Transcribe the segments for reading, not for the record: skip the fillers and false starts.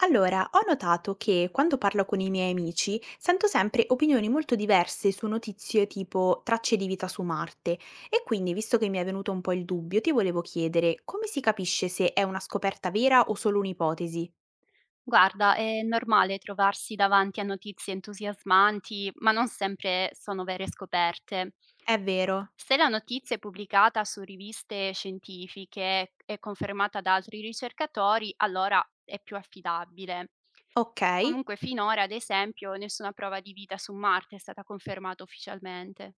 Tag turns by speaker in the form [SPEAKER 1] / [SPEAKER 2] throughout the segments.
[SPEAKER 1] Allora, ho notato che quando parlo con i miei amici sento sempre opinioni molto diverse su notizie tipo tracce di vita su Marte e quindi, visto che mi è venuto un po' il dubbio, ti volevo chiedere come si capisce se è una scoperta vera o solo un'ipotesi?
[SPEAKER 2] Guarda, è normale trovarsi davanti a notizie entusiasmanti, ma non sempre sono vere scoperte.
[SPEAKER 1] È vero?
[SPEAKER 2] Se la notizia è pubblicata su riviste scientifiche e confermata da altri ricercatori, allora è più affidabile.
[SPEAKER 1] Ok,
[SPEAKER 2] Comunque finora, ad esempio, nessuna prova di vita su Marte è stata confermata ufficialmente.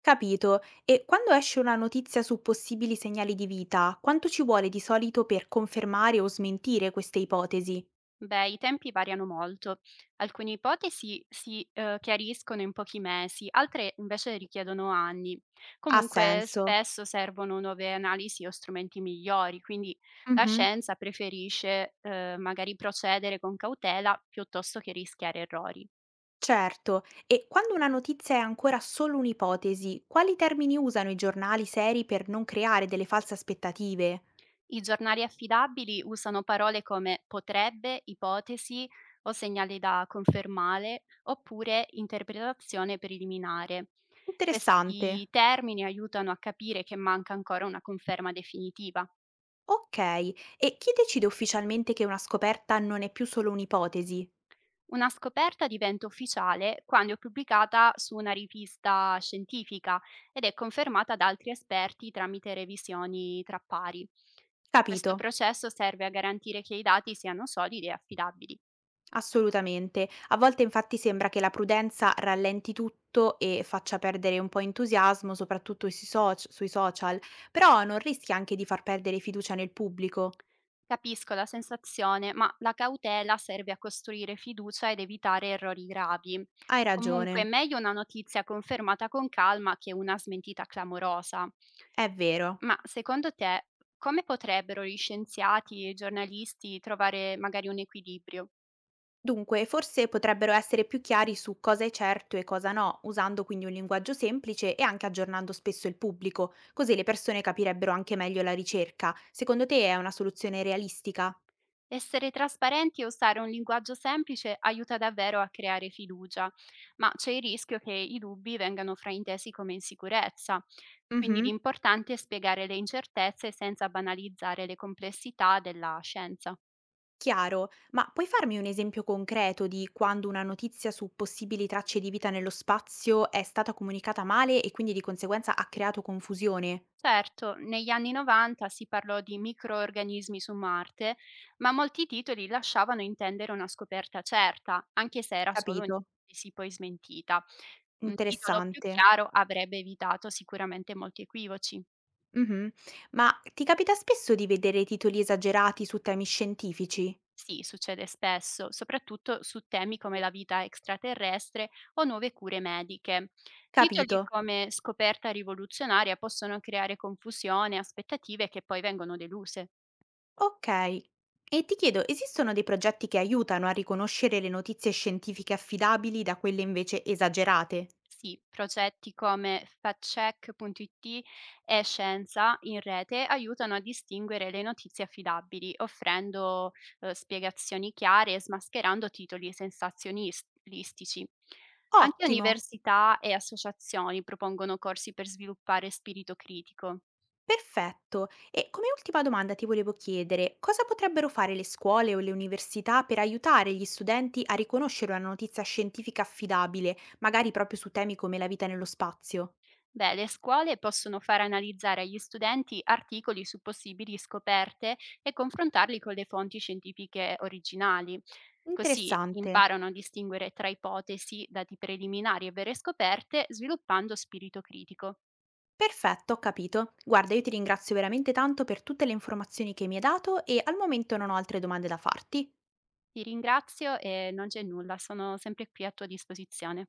[SPEAKER 1] capito. E quando esce una notizia su possibili segnali di vita, quanto ci vuole di solito per confermare o smentire queste ipotesi?
[SPEAKER 2] Beh, i tempi variano molto. Alcune ipotesi si chiariscono in pochi mesi, altre invece richiedono anni.
[SPEAKER 1] Ha
[SPEAKER 2] Comunque
[SPEAKER 1] senso?
[SPEAKER 2] spesso servono nuove analisi o strumenti migliori, quindi la
[SPEAKER 1] Mhm.
[SPEAKER 2] scienza preferisce magari procedere con cautela piuttosto che rischiare errori.
[SPEAKER 1] Certo, e quando una notizia è ancora solo un'ipotesi, quali termini usano i giornali seri per non creare delle false aspettative?
[SPEAKER 2] I giornali affidabili usano parole come potrebbe, ipotesi o segnali da confermare, oppure interpretazione preliminare. Questi
[SPEAKER 1] Interessante.
[SPEAKER 2] termini aiutano a capire che manca ancora una conferma definitiva.
[SPEAKER 1] Ok, e chi decide ufficialmente che una scoperta non è più solo un'ipotesi?
[SPEAKER 2] Una scoperta diventa ufficiale quando è pubblicata su una rivista scientifica ed è confermata da altri esperti tramite revisioni tra pari.
[SPEAKER 1] Capito,
[SPEAKER 2] Questo processo serve a garantire che i dati siano solidi e affidabili.
[SPEAKER 1] assolutamente. A volte infatti sembra che la prudenza rallenti tutto e faccia perdere un po' entusiasmo, soprattutto sui social, però non rischia anche di far perdere fiducia nel pubblico.
[SPEAKER 2] Capisco la sensazione, ma la cautela serve a costruire fiducia ed evitare errori gravi.
[SPEAKER 1] Hai ragione,
[SPEAKER 2] Comunque, è meglio una notizia confermata con calma che una smentita clamorosa.
[SPEAKER 1] è vero.
[SPEAKER 2] Ma secondo te, come potrebbero gli scienziati e i giornalisti trovare magari un equilibrio?
[SPEAKER 1] Dunque, forse potrebbero essere più chiari su cosa è certo e cosa no, usando quindi un linguaggio semplice e anche aggiornando spesso il pubblico, così le persone capirebbero anche meglio la ricerca. Secondo te è una soluzione realistica?
[SPEAKER 2] Essere trasparenti e usare un linguaggio semplice aiuta davvero a creare fiducia, ma c'è il rischio che i dubbi vengano fraintesi come insicurezza. Quindi
[SPEAKER 1] Mhm,
[SPEAKER 2] l'importante è spiegare le incertezze senza banalizzare le complessità della scienza.
[SPEAKER 1] chiaro, ma puoi farmi un esempio concreto di quando una notizia su possibili tracce di vita nello spazio è stata comunicata male e quindi di conseguenza ha creato confusione?
[SPEAKER 2] Certo, negli anni 90 si parlò di microorganismi su Marte, ma molti titoli lasciavano intendere una scoperta certa, anche se era solo
[SPEAKER 1] Capito?
[SPEAKER 2] un'ipotesi poi smentita. Un titolo più
[SPEAKER 1] Interessante.
[SPEAKER 2] chiaro avrebbe evitato sicuramente molti equivoci.
[SPEAKER 1] Mh-mh. Ma ti capita spesso di vedere titoli esagerati su temi scientifici?
[SPEAKER 2] Sì, succede spesso, soprattutto su temi come la vita extraterrestre o nuove cure mediche. Titoli
[SPEAKER 1] Capito.
[SPEAKER 2] come scoperta rivoluzionaria possono creare confusione e aspettative che poi vengono deluse.
[SPEAKER 1] Okay. E ti chiedo, esistono dei progetti che aiutano a riconoscere le notizie scientifiche affidabili da quelle invece esagerate?
[SPEAKER 2] Sì, progetti come factcheck.it e Scienza in rete aiutano a distinguere le notizie affidabili, offrendo spiegazioni chiare e smascherando titoli sensazionistici. Anche
[SPEAKER 1] Ottimo,
[SPEAKER 2] università e associazioni propongono corsi per sviluppare spirito critico.
[SPEAKER 1] perfetto. E come ultima domanda ti volevo chiedere, cosa potrebbero fare le scuole o le università per aiutare gli studenti a riconoscere una notizia scientifica affidabile, magari proprio su temi come la vita nello spazio?
[SPEAKER 2] Beh, le scuole possono far analizzare agli studenti articoli su possibili scoperte e confrontarli con le fonti scientifiche originali. Così
[SPEAKER 1] Interessante.
[SPEAKER 2] imparano a distinguere tra ipotesi, dati preliminari e vere scoperte, sviluppando spirito critico.
[SPEAKER 1] Perfetto, ho capito. Guarda, io ti ringrazio veramente tanto per tutte le informazioni che mi hai dato e al momento non ho altre domande da farti.
[SPEAKER 2] Ti ringrazio e non c'è nulla, sono sempre qui a tua disposizione.